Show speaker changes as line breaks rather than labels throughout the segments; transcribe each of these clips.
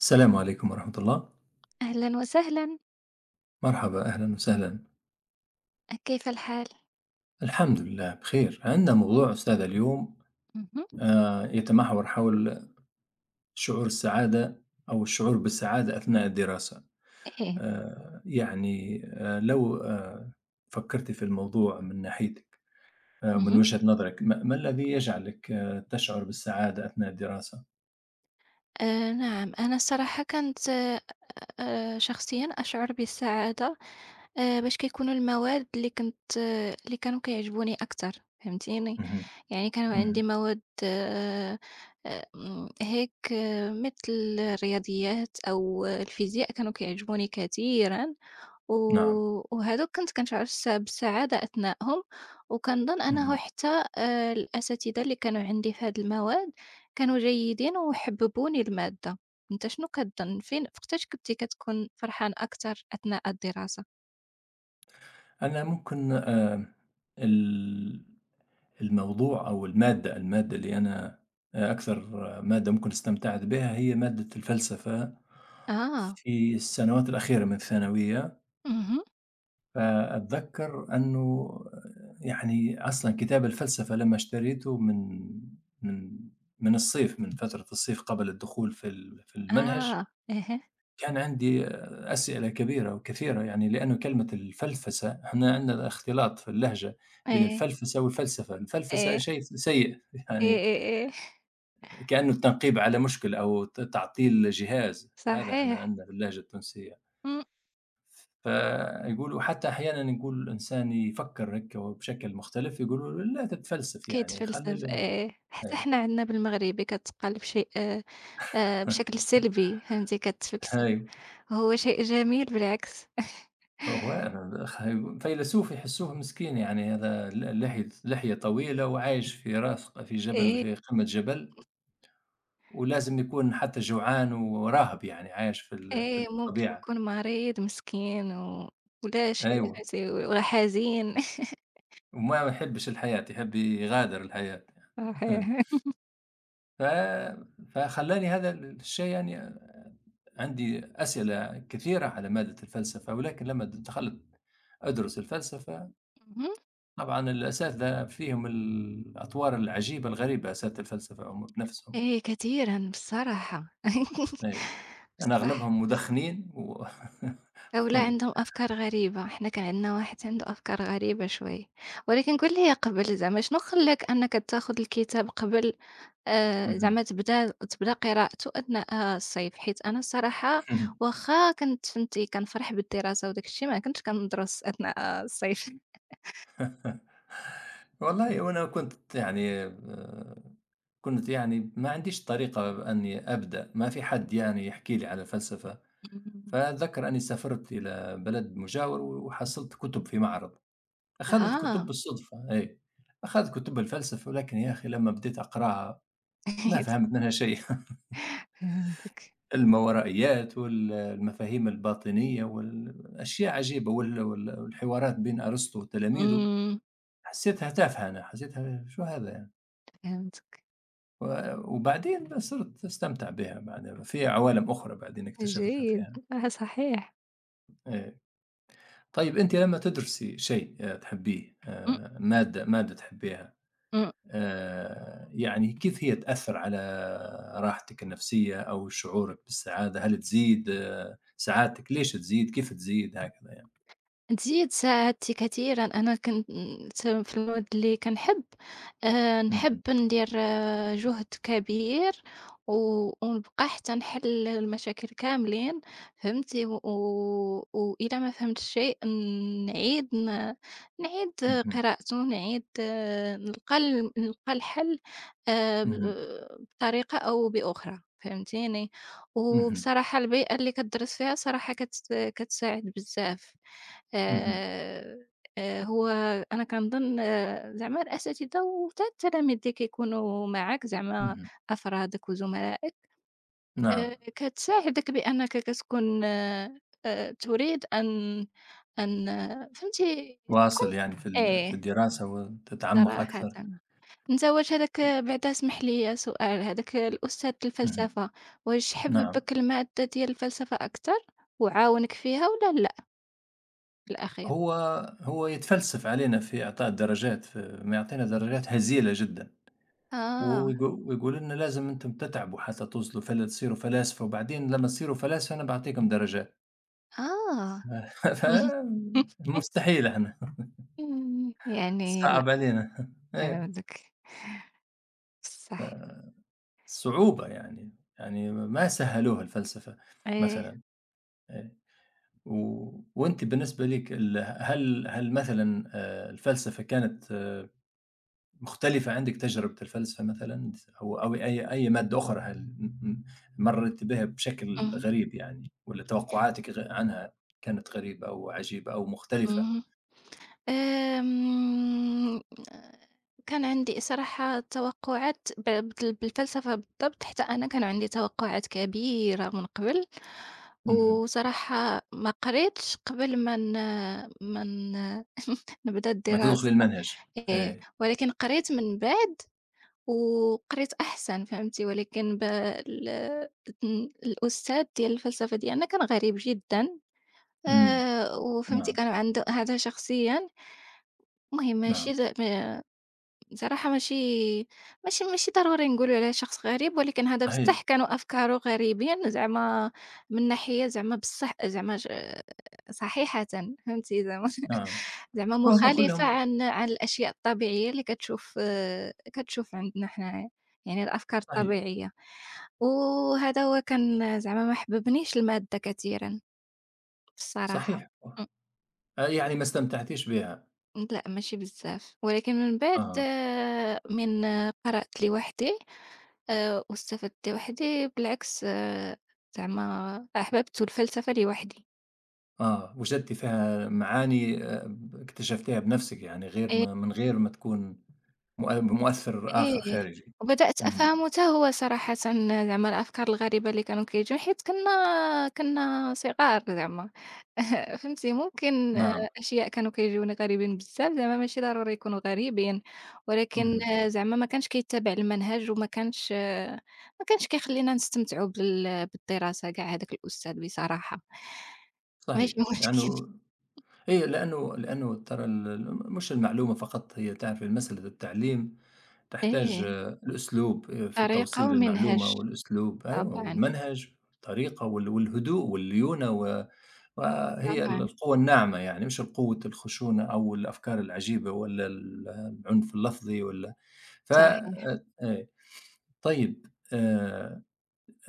السلام عليكم ورحمة الله.
أهلًا وسهلًا،
مرحبا، أهلا وسهلا.
كيف الحال؟
الحمد لله بخير. عندنا موضوع أستاذ اليوم.
اهم،
يتمحور حول شعور السعادة أو الشعور بالسعادة أثناء الدراسة.
إيه،
يعني لو فكرت في الموضوع من ناحيتك، من
اهم.
وجهة نظرك، ما الذي يجعلك تشعر بالسعادة أثناء الدراسة؟
نعم، أنا الصراحة كنت شخصيًا أشعر بالسعادة باش كيكونوا المواد اللي كنت آه اللي كانوا كيعجبوني أكتر، فهمتيني؟
مهم.
يعني كانوا عندي
مهم.
مواد آمم هيك آه مثل الرياضيات أو الفيزياء كانوا كيعجبوني كثيرًا. و
نعم.
وهادوك كنت كنشعر بالسعادة أثناءهم، وكنظن أنه
مهم.
حتى الأساتذة اللي كانوا عندي في هاد المواد كانوا جيدين وحببوني المادة. أنت شنو كتظن فين وقتاش كنتِ كتكون فرحان أكتر أثناء الدراسة؟
أنا ممكن ال- الموضوع أو المادة اللي أنا، أكثر مادة ممكن استمتعت بها هي مادة الفلسفة
آه،
في السنوات الأخيرة من الثانوية.
اهم،
فأتذكّر أنه يعني أصلًا كتاب الفلسفة لمّا اشتريته من من الصيف، من فترة الصيف قبل الدخول في المنهج،
آه، أها،
كان عندي أسئلة كبيرة وكثيرة، يعني لأنه كلمة الفلفسة إحنا عندنا اختلاط في اللهجة بين
إيه،
الفلفسة والفلسفة. الفلفسة
إيه،
شيء سيء
إيه،
يعني
إيه، إيه،
كأنه التنقيب على مشكل، أو تعطيل جهاز. هذا أنا
صحيح.
عندنا باللهجة التونسية.
إمم،
فيقولوا حتى أحيانًا يقول الإنسان يفكّر هيك بشكل مختلف، يقولوا له: "لا تتفلسف يعني خلّي
كيتفلسف،
ال".
إيه، حتى
أي.
حنا عندنا بالمغربي كتقال بشيء بشكل سلبي، فهمتي كتفلسف.
أيوه.
هو شيء جميل بالعكس
هو الأخ فيلسوف يحسّوه مسكين، يعني هذا لحية طويلة، وعايش في جبل،
إيه،
في قمة جبل. ولازم يكون حتى جوعان وراهب، يعني عايش في
إيه، ممكن
الطبيعة.
يكون مريض مسكين ولا شيء
أيوه.
وحزين.
وما يحبّش الحياة، يحب يغادر الحياة.
صحيح.
ف فخلّاني هذا الشيء، يعني عندي أسئلة كثيرة على مادة الفلسفة، ولكن لمّا دخلت أدرس الفلسفة،
اهم.
طبعًا الأساتذة فيهم الأطوار العجيبة الغريبة. أساتذة الفلسفة هم بنفسهم.
إيه كثيرًا بصراحة.
أي. أنا
بصح
أغلبهم مدخنين و
هؤلاء
اهم.
عندهم أفكار غريبة، إحنا كان عندنا واحد عنده أفكار غريبة شوي، ولكن قُل لي قبل زعما شنو خلّاك أنك تاخذ الكتاب قبل، زعما تبدا قراءته أثناء الصيف، حيت أنا الصراحة
اهم.
واخا كنت فهمتي كنفرح بالدراسة، وداك الشي ما كنتش كندرس أثناء الصيف.
والله، وأنا كنت يعني، كنت يعني ما عنديش طريقة إني أبدأ، ما في حد يعني يحكي لي على الفلسفة.
إمم.
فأتذكر أني سافرت إلى بلد مجاور وحصلت كتب في معرض. أخذت كتب
آه.
بالصدفة. أي. أخذت كتب الفلسفة، ولكن يا أخي لما بديت أقراها ما فهمت منها شيء.
فهمتك.
الماورائيات والمفاهيم الباطنية والأشياء عجيبة، والحوارات بين أرسطو وتلاميذه،
إمم.
حسيتها تافهة. أنا حسيتها شو هذا يعني.
فهمتك.
وبعدين صرت أستمتع بها بعدين، في عوالم أخرى بعدين اكتشفتها
جيد.
فيها.
آه صحيح.
إيه. طيب، أنتِ لمّا تدرسي شيء تحبّيه،
إمم.
مادة تحبّيها،
إمم.
يعني كيف هي تأثّر على راحتِك النفسية أو شعورِك بالسعادة؟ هل تزيد سعادتِك؟ ليش تزيد؟ كيف تزيد؟ هكذا يعني.
أنتِ ساعدتِ كثيرًا، أنا كنت في المواد اللي كنحب، نحب
اهم.
ندير جهد كبير، و ونبقى حتى نحل المشاكل كاملين، فهمتي؟ وإلا ما فهمتش شيء، نعيد ن نعيد
اهم.
قراءته، نعيد، نلقى الحل، ب
اهم.
بطريقة أو بأخرى، فهمتيني؟
اهم.
وبصراحة البيئة اللي كتدرس فيها صراحة كتساعد بزاف.
اهم.
آآ هو أنا كنظن، زعما الأساتذة وحتى ديك يكونوا معاك، زعما
اهم.
أفرادك وزملائك،
نعم.
كتساعدك بأنك كتكون تريد أن أن آه، فهمتي كتكون،
واصل يعني في
إيه،
الدراسة، وتتعمّق
صراحةً.
أكثر.
أنت واش هاذاك بعدا، اسمح لي سؤال، هاذاك الأستاذ
اهم.
الفلسفة واش
نعم.
حببك المادة ديال الفلسفة أكتر وعاونك فيها والّا لأ في الأخير؟
هو هو يتفلسف علينا في إعطاء الدرجات، ما يعطينا درجات هزيلة جدًا.
آه،
ويقولوا لنا لازم أنتم تتعبوا حتى توصلوا تصيروا فلاسفة، وبعدين لمّا تصيروا فلاسفة أنا باعطيكم درجات.
آه.
ف ف
إمم،
مستحيل. إحنا
يعني لأ،
صعب علينا. إيه.
عندِك صح.
فصعوبة يعني، يعني ما سهّلوها الفلسفة
آآ
مثلًا. إيه. و وأنتِ بالنسبة ليكِ، هل مثلًا الفلسفة كانت مختلفة؟ عندِك تجربة الفلسفة مثلًا، أو أي مادة أخرى، هل م م مرّت بها بشكل
اهم،
غريب يعني، والّا توقعاتِك عنها كانت غريبة أو عجيبة أو مختلفة؟
اهم. آمم، كان عندي صراحة توقعات بال بالفلسفة بالضبط، حتى أنا كان عندي توقعات كبيرة من قبل،
اهم.
وصراحة ما قريتش قبل ما ن ما ن نبدا
ما تدخل
الدراسة،
المنهج.
آه،
إيه.
ولكن قريت من بعد وقريت أحسن فهمتي، ولكن ب ال ن الأستاذ ديال الفلسفة ديالنا كان غريب جدًا،
إمم.
وفهمتي
نعم.
كان عنده هذا شخصيًا، المهم ماشي
نعم.
د ما بصراحة ماشي ماشي ماشي ضروري نقولوا عليه شخص غريب، ولكن هذا
صحيح.
بصح كانوا أفكاره غريبين زعما، من ناحية زعما بصح زعما ج صحيحةً، فهمتي زعما.
نعم.
زعما
فهم
مخالفة
كلهم.
عن عن الأشياء الطبيعية اللي كتشوف، كتشوف عندنا حنايا، يعني الأفكار
صحيح.
الطبيعية، وهذا هو كان زعما ما حببنيش المادة كثيرًا الصراحة.
صحيح. آه، يعني ما استمتعتيش بها.
لأ ماشي بزاف، ولكن من بعد،
آه.
آه، من آه، قرأت لوحدي، واستفدت لوحدي بالعكس، زعما أحببت الفلسفة لوحدي.
آه، وجدتِ فيها معاني، اكتشفتيها بنفسِك، يعني غير ما من غير ما تكون مؤثِّر آخر
إيه،
خارجي.
وبدأت
اهم.
أفهمه حتى هو صراحةً زعما الأفكار الغريبة اللي كانوا كيجيو حيت كنا صغار زعما. فهمتي، ممكن،
نعم.
أشياء كانوا كيجيونا غريبين بزاف زعما ماشي ضروري يكونوا غريبين، ولكن
اهم.
زعما ما كانش كيتّبع المنهج وما كانش ما كانش كيخلّينا نستمتعوا بالدراسة كاع هذاك الأستاذ بصراحة،
صحيح.
ماشي مشكل.
لأنه هي لأنه ترى ال ال مش المعلومة فقط، هي تعرفي مسألة التعليم تحتاج
إيه،
الأسلوب، في
طريقة
توصيل المعلومة،
ومنهج،
والأسلوب أيوه
طبعًا،
والمنهج والطريقة والهدوء والليونة، و وهي
طبعًا.
القوة الناعمة، يعني مش القوة الخشونة أو الأفكار العجيبة، ولا العنف اللفظي، ولا ف
صحيح.
إيه. طيب، آآ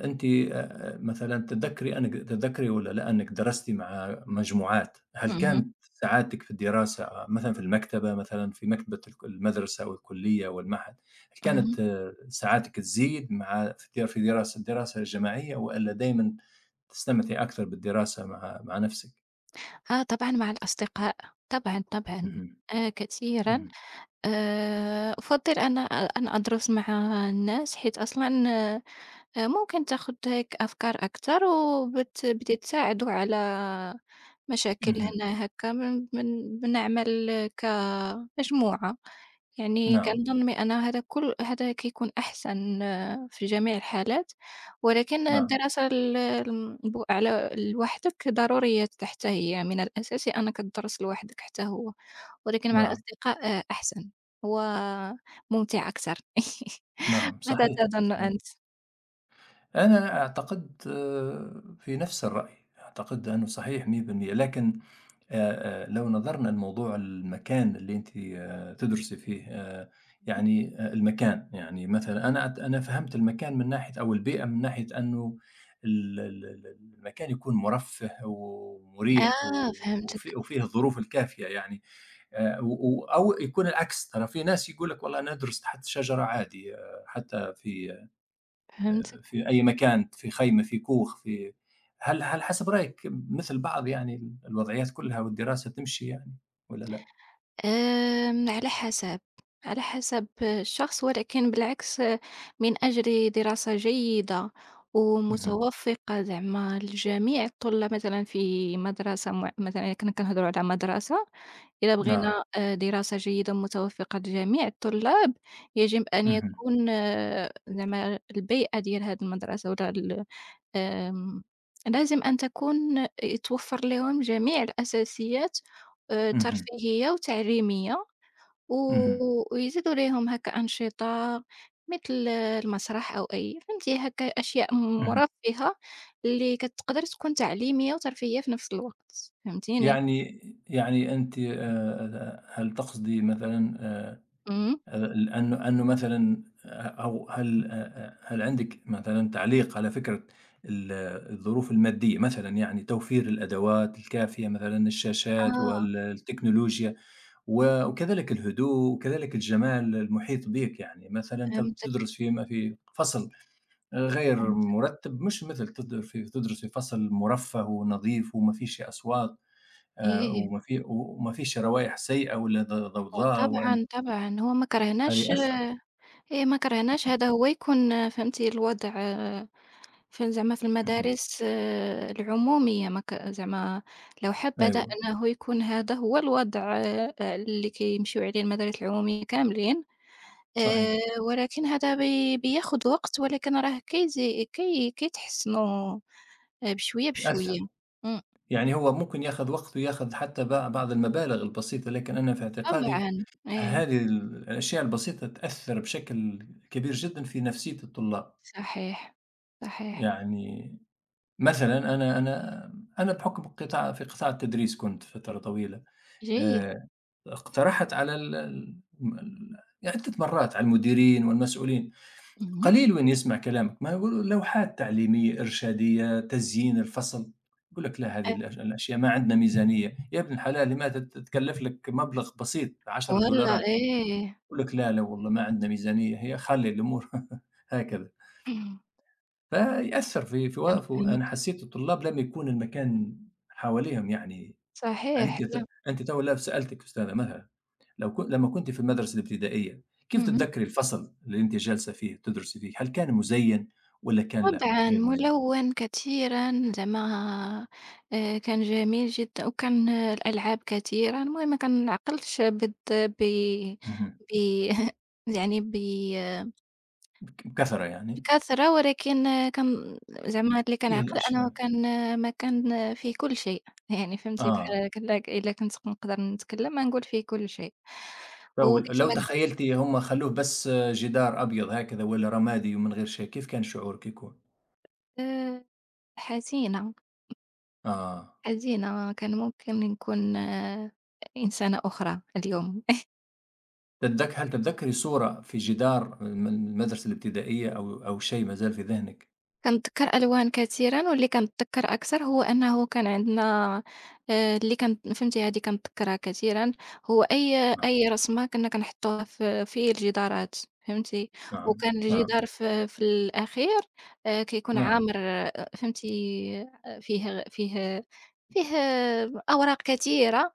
أنتِ مثلًا تتذكري والّا لأ أنِك درستِ مع مجموعات، هل
اهم،
كانت سعادتِك في الدراسة مثلًا في المكتبة، مثلًا في مكتبة المدرسة والكلية والمعهد، هل
اهم.
كانت سعادتِك تزيد مع في في دراسة الدراسة الجماعية، والّا دايمًا تستمتعي أكثر بالدراسة مع نفسِك؟
آه طبعًا مع الأصدقاء، طبعًا، طبعًا،
اهم.
كثيرًا.
إمم.
أُفضّل أنا أن أدرس مع الناس حيث أصلًا ممكن تاخُد هيك أفكار أكتر، بتتساعدوا على مشاكل
اهم.
هنا هاكا من من بنعمل كمجموعة. يعني
نعم.
كنظن بأن كل هذا كيكون أحسن، في جميع الحالات، ولكن
نعم.
الدراسة ال الم ب على لوحدك ضرورية حتى هي، من الأساسي أنك تدرس لوحدك حتى هو، ولكن مع
نعم.
الأصدقاء، أحسن وممتع أكثر.
نعم.
ماذا
صحيح.
تظن
صحيح.
أنت؟
أنا أعتقد في نفس الرأي، أعتقد أنه صحيح 100% لكن، لو نظرنا لموضوع المكان اللي أنتِ تدرسي فيه، يعني المكان. يعني مثلًا أنا، أنا فهمت المكان من ناحية، أو البيئة، من ناحية أنه ال ال ال المكان يكون مرفه ومريح، و وفي
فهمتك،
وفيه الظروف الكافية يعني. و أو يكون العكس، ترى في ناس يقول لك والله ندرس تحت شجرة عادي، حتى
فهمتك.
في أي مكان، في خيمة، في كوخ، في، هل حسب رأيك مثل بعض يعني، الوضعيات كلها والدراسة تمشي يعني، والّا لأ؟
على حسب، على حسب الشخص، ولكن بالعكس، من أجل دراسة جيدة
اهم.
ومتوفقة زعما لجميع الطلاب، مثلًا في مدرسة، مع مثلًا إذا كنا كنهضروا على مدرسة، إذا
نعم.
بغينا دراسة جيدة متوفقة لجميع الطلاب، يجب أن
اهم.
يكون، زعما البيئة ديال هذه المدرسة ولا ال آمم، لازم أن تكون يتوفر لهم جميع الأساسيات،
اهم.
ترفيهية وتعليمية، و
اهم.
ويزيدوا ليهم هكا أنشطة مثل، المسرح أو أي فهمتي هكا أشياء
اهم.
مرفهة اللي كتقدر تكون تعليمية وترفيهية في نفس الوقت، فهمتيني؟
يعني يعني أنتِ، هل تقصدي مثلًا،
إمم،
أنه مثلًا، أو هل، أ أ هل عندِك مثلًا تعليق على فكرة ال الظروف المادية مثلًا، يعني توفير الأدوات الكافية، مثلًا الشاشات
آه،
التكنولوجيا، وكذلك الهدوء، وكذلك الجمال المحيط بيك. يعني مثلًا أنت
فهمتك.
بتدرس في فصل غير
كان،
مرتب، مش مثل تدرس في فصل مرفه ونظيف وما فيش أصوات،
إيه،
وما فيش روايح سيئة، ولا
آه
ضوضاء
طبعًا، طبعًا. هو ما
هذا
كرهناش
يأثّر.
هي ما كرهناش هذا، هو يكون فهمتِ الوضع في زعما في
اهم.
المدارس، العمومية ما ك زعما لو حبذا
أيوه،
أنه يكون هذا هو الوضع، اللي كيمشيو عليه المدارس العمومية كاملين،
صحيح،
آآ ولكن هذا بياخد وقت، ولكن راه كيزي كي كيتحسنوا، بشوية،
يأثّر،
بشوية. إمم،
يعني هو ممكن ياخذ وقته، ياخذ حتى بعض المبالغ البسيطة، لكن أنا في اعتقادي
طبعًا، إيه،
هذه الأشياء البسيطة تأثّر بشكل كبير جدًا في نفسية الطلاب.
صحيح، صحيح،
يعني مثلًا، أنا بحكم قطاع التدريس كنت فترة طويلة،
جيد.
آآ، اقترحت على ال ال م ال عدة مرات على المديرين والمسؤولين.
اهم.
قليل وين يسمع كلامك، ما يقولوا لوحات تعليمية، إرشادية، تزيين الفصل. يقول لك لا، هذه الأشياء ما عندنا ميزانية. يا ابن الحلال، لماذا، تكلف لك مبلغ بسيط 10
والّا
دولارات،
إيه!
يقول لك لا، لا والله ما عندنا ميزانية، هي خلّي الأمور هكذا.
إمم.
فيأثّر في في
كان
و
فيلمك
أنا حسيت الطلاب لم يكون المكان حواليهم يعني. يعني
صحيح، لأ.
أنتِ تو لا سألتِك أستاذة مها، لو ك لمّا كنتِ في المدرسة الابتدائية، كيف
اهم.
تتذكري الفصل اللي أنتِ جالسة فيه تدرسي فيه؟ هل كان مُزيّن والّا كان لأ
طبعًا
غير مُزيّن؟
ملوّن كثيرًا زعما، كان جميل جدًا، وكان الألعاب كثيرة، المهم ما كنعقلش بد ب
اهم.
ب يعني ب
بكثرة يعني؟
بكثرة، ولكن كان زعما اللي
إيه،
كنعقل أنا
الأشياء.
كان ما كان فيه كل شيء، يعني فهمتي
آه،
بحال كلا إلا إلا كنت نقدر نتكلم غنقول فيه كل شيء،
لو
وكيف
لو
ما قل،
تخيلتِ هم خلّوه بس جدار أبيض هكذا، والّا رمادي ومن غير شيء، كيف كان شعورِك يكون؟
آآ، حزينة.
آه،
حزينة، كان ممكن نكون، إنسانة أخرى اليوم.
هل تتذكري صورة في جدار المدرسة الابتدائية، أو شيء ما زال في ذهنِك؟
كنتذكّر ألوان كثيرًا، واللي كنتذكّر أكثر هو أنه كان عندنا اللي كان فهمتي هذه كنتذكّرها كثيرًا، هو أي
نعم.
أي رسمة كنا كنحطوها في في الجدارات فهمتي،
نعم.
وكان
نعم.
الجدار في في الأخير كيكون
نعم.
عامر فهمتي، فيه فيه أوراق كثيرة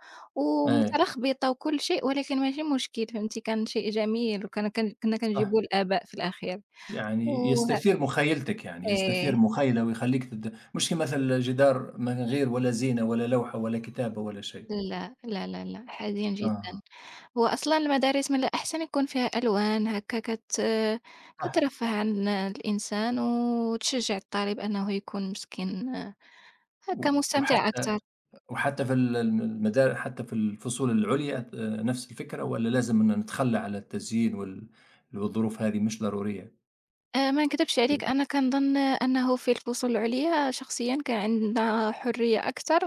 أي.
ومتلخبطة وكل شيء، ولكن ماشي مشكل فهمتي، كان شيء جميل، وكان كن كنا
صح.
كنجيبوه للآباء في الأخير.
يعني
وه
يستثير مخيلتك، يعني
إيه.
يستثير مخيلة ويخلّيك، مش كيما مثلًا جدار من غير ولا زينة ولا لوحة ولا كتابة ولا شيء.
لا، لا، لا، لأ، حزين جدًا.
آه،
هو أصلًا المدارس من الأحسن يكون فيها ألوان هكا
صح.
كترفّه عن الإنسان وتشجّع الطالب أنه يكون مسكين
و
هكا مستمتع
وحتى
أكتر.
وحتى في ال الم المدا حتى في الفصول العُليا، نفس الفكرة، والّا لازم إن نتخلّى على التزيين والظروف هذه مش ضرورية؟
ما نكدبش عليك،
أوكي.
أنا كنظن أنه في الفصول العُليا شخصيًا كان عندنا حرية أكتر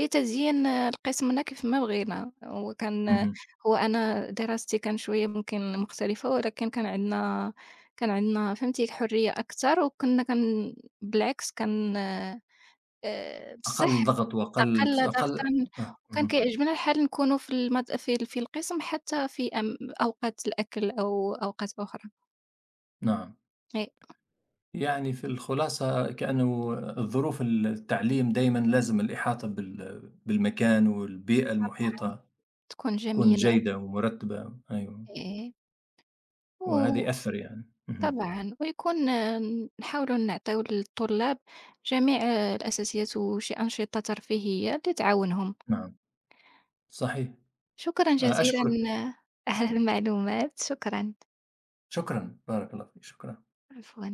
لتزيين القسمنا كيف ما بغينا، وكان،
اهم.
هو أنا دراستي كان شوية ممكن مختلفة، ولكن كان عندنا فهمتي حرية أكتر، وكنا كن بالعكس كان،
أقل
بصح
ضغط وأقل
أقل ضغطًا،
أقل.
وكان
اهم.
كيعجبنا الحال نكونوا في في القسم حتى في أوقات الأكل أو أوقات أخرى.
نعم.
إي،
يعني في الخلاصة كأنه الظروف التعليم دايمًا لازم الإحاطة بالمكان والبيئة المحيطة
تكون
تكون
جميلة.
جيدة ومرتبة، أيوه، وهذا يأثّر يعني. اهم.
وطبعًا، ويكون، نحاولوا نعطيو للطلاب جميع، الأساسيات وشي أنشطة ترفيهية اللي تعاونهم.
نعم. صحيح.
شكرًا جزيلًا،
أشكرك،
على المعلومات، شكرًا،
شكرًا، بارك الله فيك، شكرًا.
عفوًا.